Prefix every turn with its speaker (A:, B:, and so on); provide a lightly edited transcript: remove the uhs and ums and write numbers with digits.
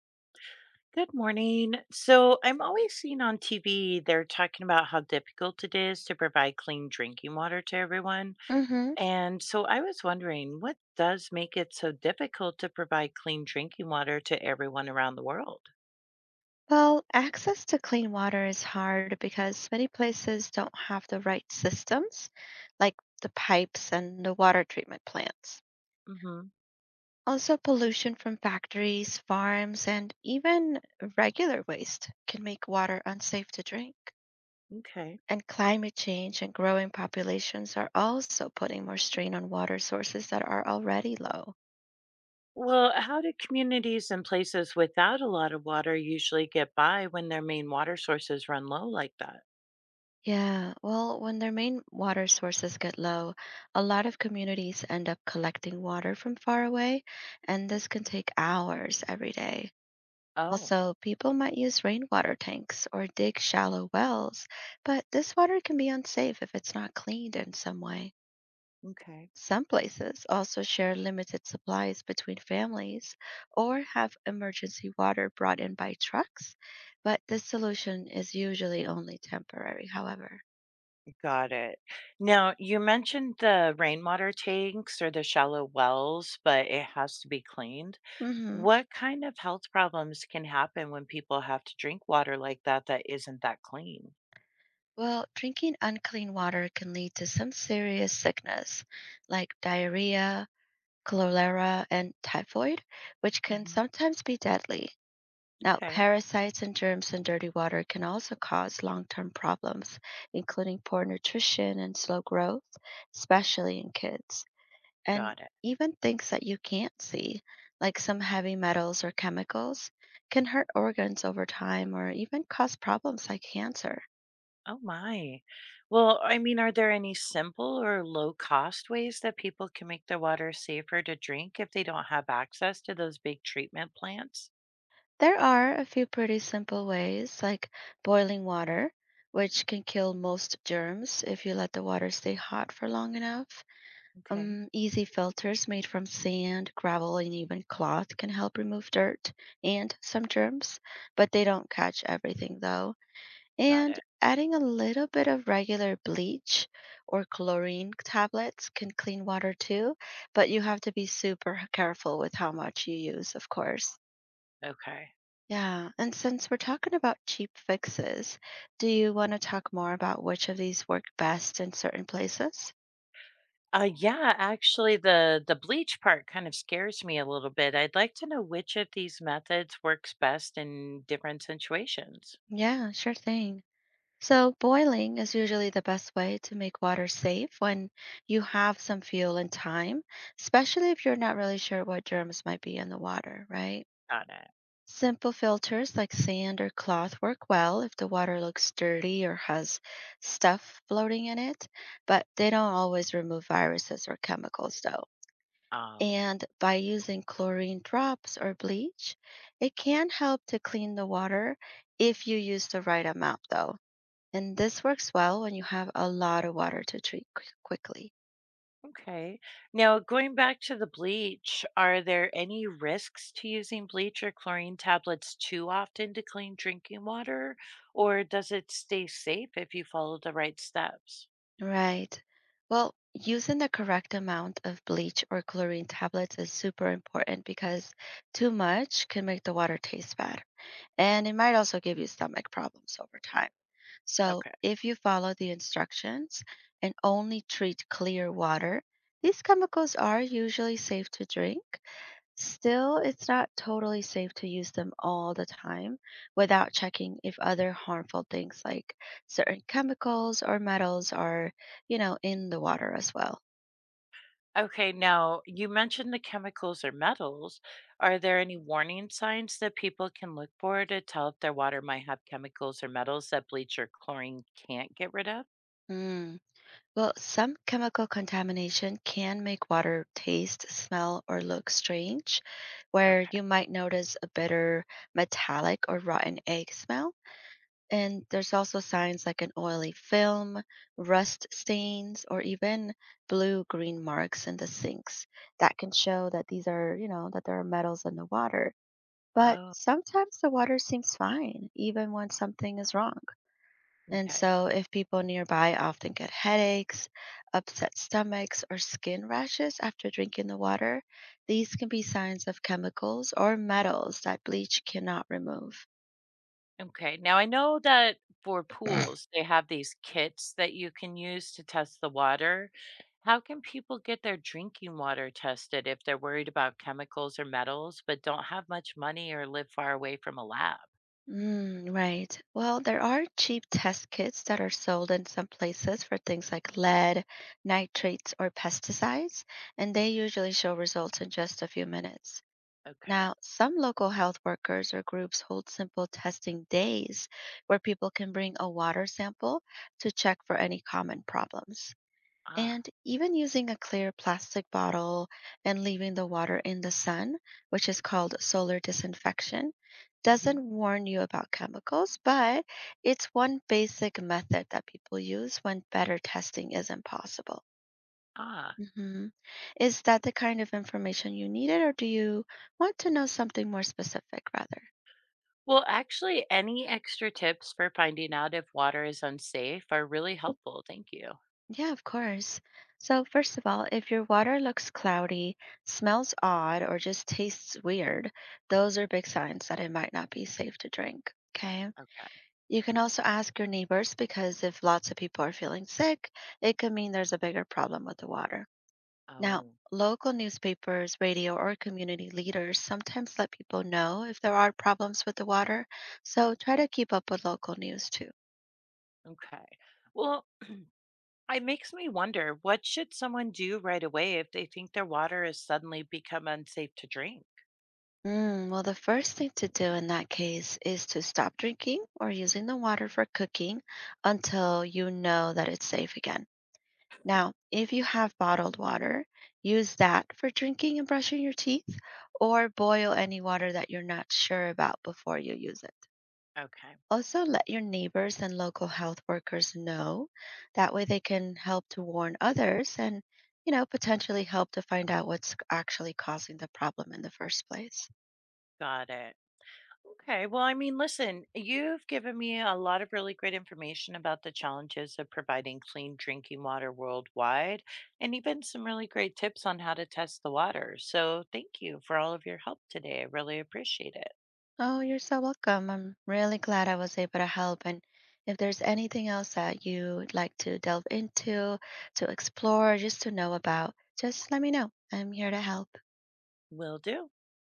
A: Good morning. So I'm always seeing on TV, they're talking about how difficult it is to provide clean drinking water to everyone.
B: Hmm.
A: And so I was wondering, what does make it so difficult to provide clean drinking water to everyone around the world?
B: Well, access to clean water is hard because many places don't have the right systems, like the pipes and the water treatment plants.
A: Hmm.
B: Also, pollution from factories, farms, and even regular waste can make water unsafe to drink.
A: Okay.
B: And climate change and growing populations are also putting more strain on water sources that are already low.
A: Well, how do communities and places without a lot of water usually get by when their main water sources run low like that?
B: Yeah, well, when their main water sources get low, a lot of communities end up collecting water from far away, and this can take hours every day.
A: Oh,
B: Also, people might use rainwater tanks or dig shallow wells, but this water can be unsafe if it's not cleaned in some way.
A: okay.
B: Some places also share limited supplies between families or have emergency water brought in by trucks, but this solution is usually only temporary, however.
A: Got it. Now, you mentioned the rainwater tanks or the shallow wells, but it has to be cleaned.
B: Hmm.
A: What kind of health problems can happen when people have to drink water like that that isn't that clean?
B: Well, drinking unclean water can lead to some serious sickness like diarrhea, cholera, and typhoid, which can
A: Hmm.
B: sometimes be deadly. Now,
A: Okay,
B: parasites and germs in dirty water can also cause long term problems, including poor nutrition and slow growth, especially in kids. And
A: got it.
B: even things that you can't see, like some heavy metals or chemicals, can hurt organs over time or even cause problems like cancer.
A: Oh my. Well, I mean, are there any simple or low cost ways that people can make their water safer to drink if they don't have access to those big treatment plants?
B: There are a few pretty simple ways, like boiling water, which can kill most germs if you let the water stay hot for long enough.
A: Okay.
B: Easy filters made from sand, gravel, and even cloth can help remove dirt and some germs, but they don't catch everything though.
A: Got
B: And
A: it.
B: adding a little bit of regular bleach or chlorine tablets can clean water too, but you have to be super careful with how much you use, of course.
A: Okay.
B: Yeah, and since we're talking about cheap fixes, do you want to talk more about which of these work best in certain places?
A: Yeah, Actually, the bleach part kind of scares me a little bit. I'd like to know which of these methods works best in different situations.
B: Yeah, sure thing. So, boiling is usually the best way to make water safe when you have some fuel and time, especially if you're not really sure what germs might be in the water, right?
A: Got it.
B: Simple filters like sand or cloth work well if the water looks dirty or has stuff floating in it, but they don't always remove viruses or chemicals, though.
A: Oh.
B: And by using chlorine drops or bleach, it can help to clean the water if you use the right amount, though. And this works well when you have a lot of water to treat quickly.
A: Okay. Now, going back to the bleach, are there any risks to using bleach or chlorine tablets too often to clean drinking water, or does it stay safe if you follow the right steps?
B: Right. Well, using the correct amount of bleach or chlorine tablets is super important because too much can make the water taste bad. And it might also give you stomach problems over time. So,
A: Okay.
B: if you follow the instructions and only treat clear water, these chemicals are usually safe to drink. Still, it's not totally safe to use them all the time without checking if other harmful things like certain chemicals or metals are, you know, in the water as well.
A: Okay, now you mentioned the chemicals or metals. Are there any warning signs that people can look for to tell if their water might have chemicals or metals that bleach or chlorine can't get rid of?
B: Mm. Well, some chemical contamination can make water taste, smell, or look strange, where
A: Okay.
B: you might notice a bitter, metallic, or rotten egg smell. And there's also signs like an oily film, rust stains, or even blue green marks in the sinks that can show that these are, you know, that there are metals in the water. But
A: Oh,
B: sometimes the water seems fine, even when something is wrong. And
A: okay.
B: so, if people nearby often get headaches, upset stomachs, or skin rashes after drinking the water, these can be signs of chemicals or metals that bleach cannot remove.
A: Okay. Now I know that for pools, they have these kits that you can use to test the water. How can people get their drinking water tested if they're worried about chemicals or metals but don't have much money or live far away from a lab?
B: Mm, right. Well, there are cheap test kits that are sold in some places for things like lead, nitrates, or pesticides, and they usually show results in just a few minutes.
A: Okay.
B: Now, some local health workers or groups hold simple testing days where people can bring a water sample to check for any common problems.
A: Ah.
B: And even using a clear plastic bottle and leaving the water in the sun, which is called solar disinfection,
A: Hmm.
B: doesn't warn you about chemicals, but it's one basic method that people use when better testing isn't possible.
A: Ah.
B: Hmm. Is that the kind of information you needed, or do you want to know something more specific rather?
A: Well, actually, any extra tips for finding out if water is unsafe are really helpful. Thank you.
B: Yeah, of course. So, first of all, if your water looks cloudy, smells odd, or just tastes weird, those are big signs that it might not be safe to drink. Okay.
A: Okay.
B: You can also ask your neighbors because if lots of people are feeling sick, it could mean there's a bigger problem with the water. Now,
A: Oh,
B: local newspapers, radio, or community leaders sometimes let people know if there are problems with the water, so try to keep up with local news too.
A: okay. Well, it makes me wonder, what should someone do right away if they think their water has suddenly become unsafe to drink?
B: Mm, well, the first thing to do in that case is to stop drinking or using the water for cooking until you know that it's safe again. Now, if you have bottled water, use that for drinking and brushing your teeth, or boil any water that you're not sure about before you use it.
A: Okay,
B: Also, let your neighbors and local health workers know. That way, they can help to warn others and, you know, potentially help to find out what's actually causing the problem in the first place.
A: got it. Okay, well, I mean, listen, you've given me a lot of really great information about the challenges of providing clean drinking water worldwide, and even some really great tips on how to test the water. So, thank you for all of your help today. I really appreciate it.
B: Oh, you're so welcome. I'm really glad I was able to help. And if there's anything else that you'd like to delve into, to explore, just to know about, just let me know. I'm here to help.
A: Will do.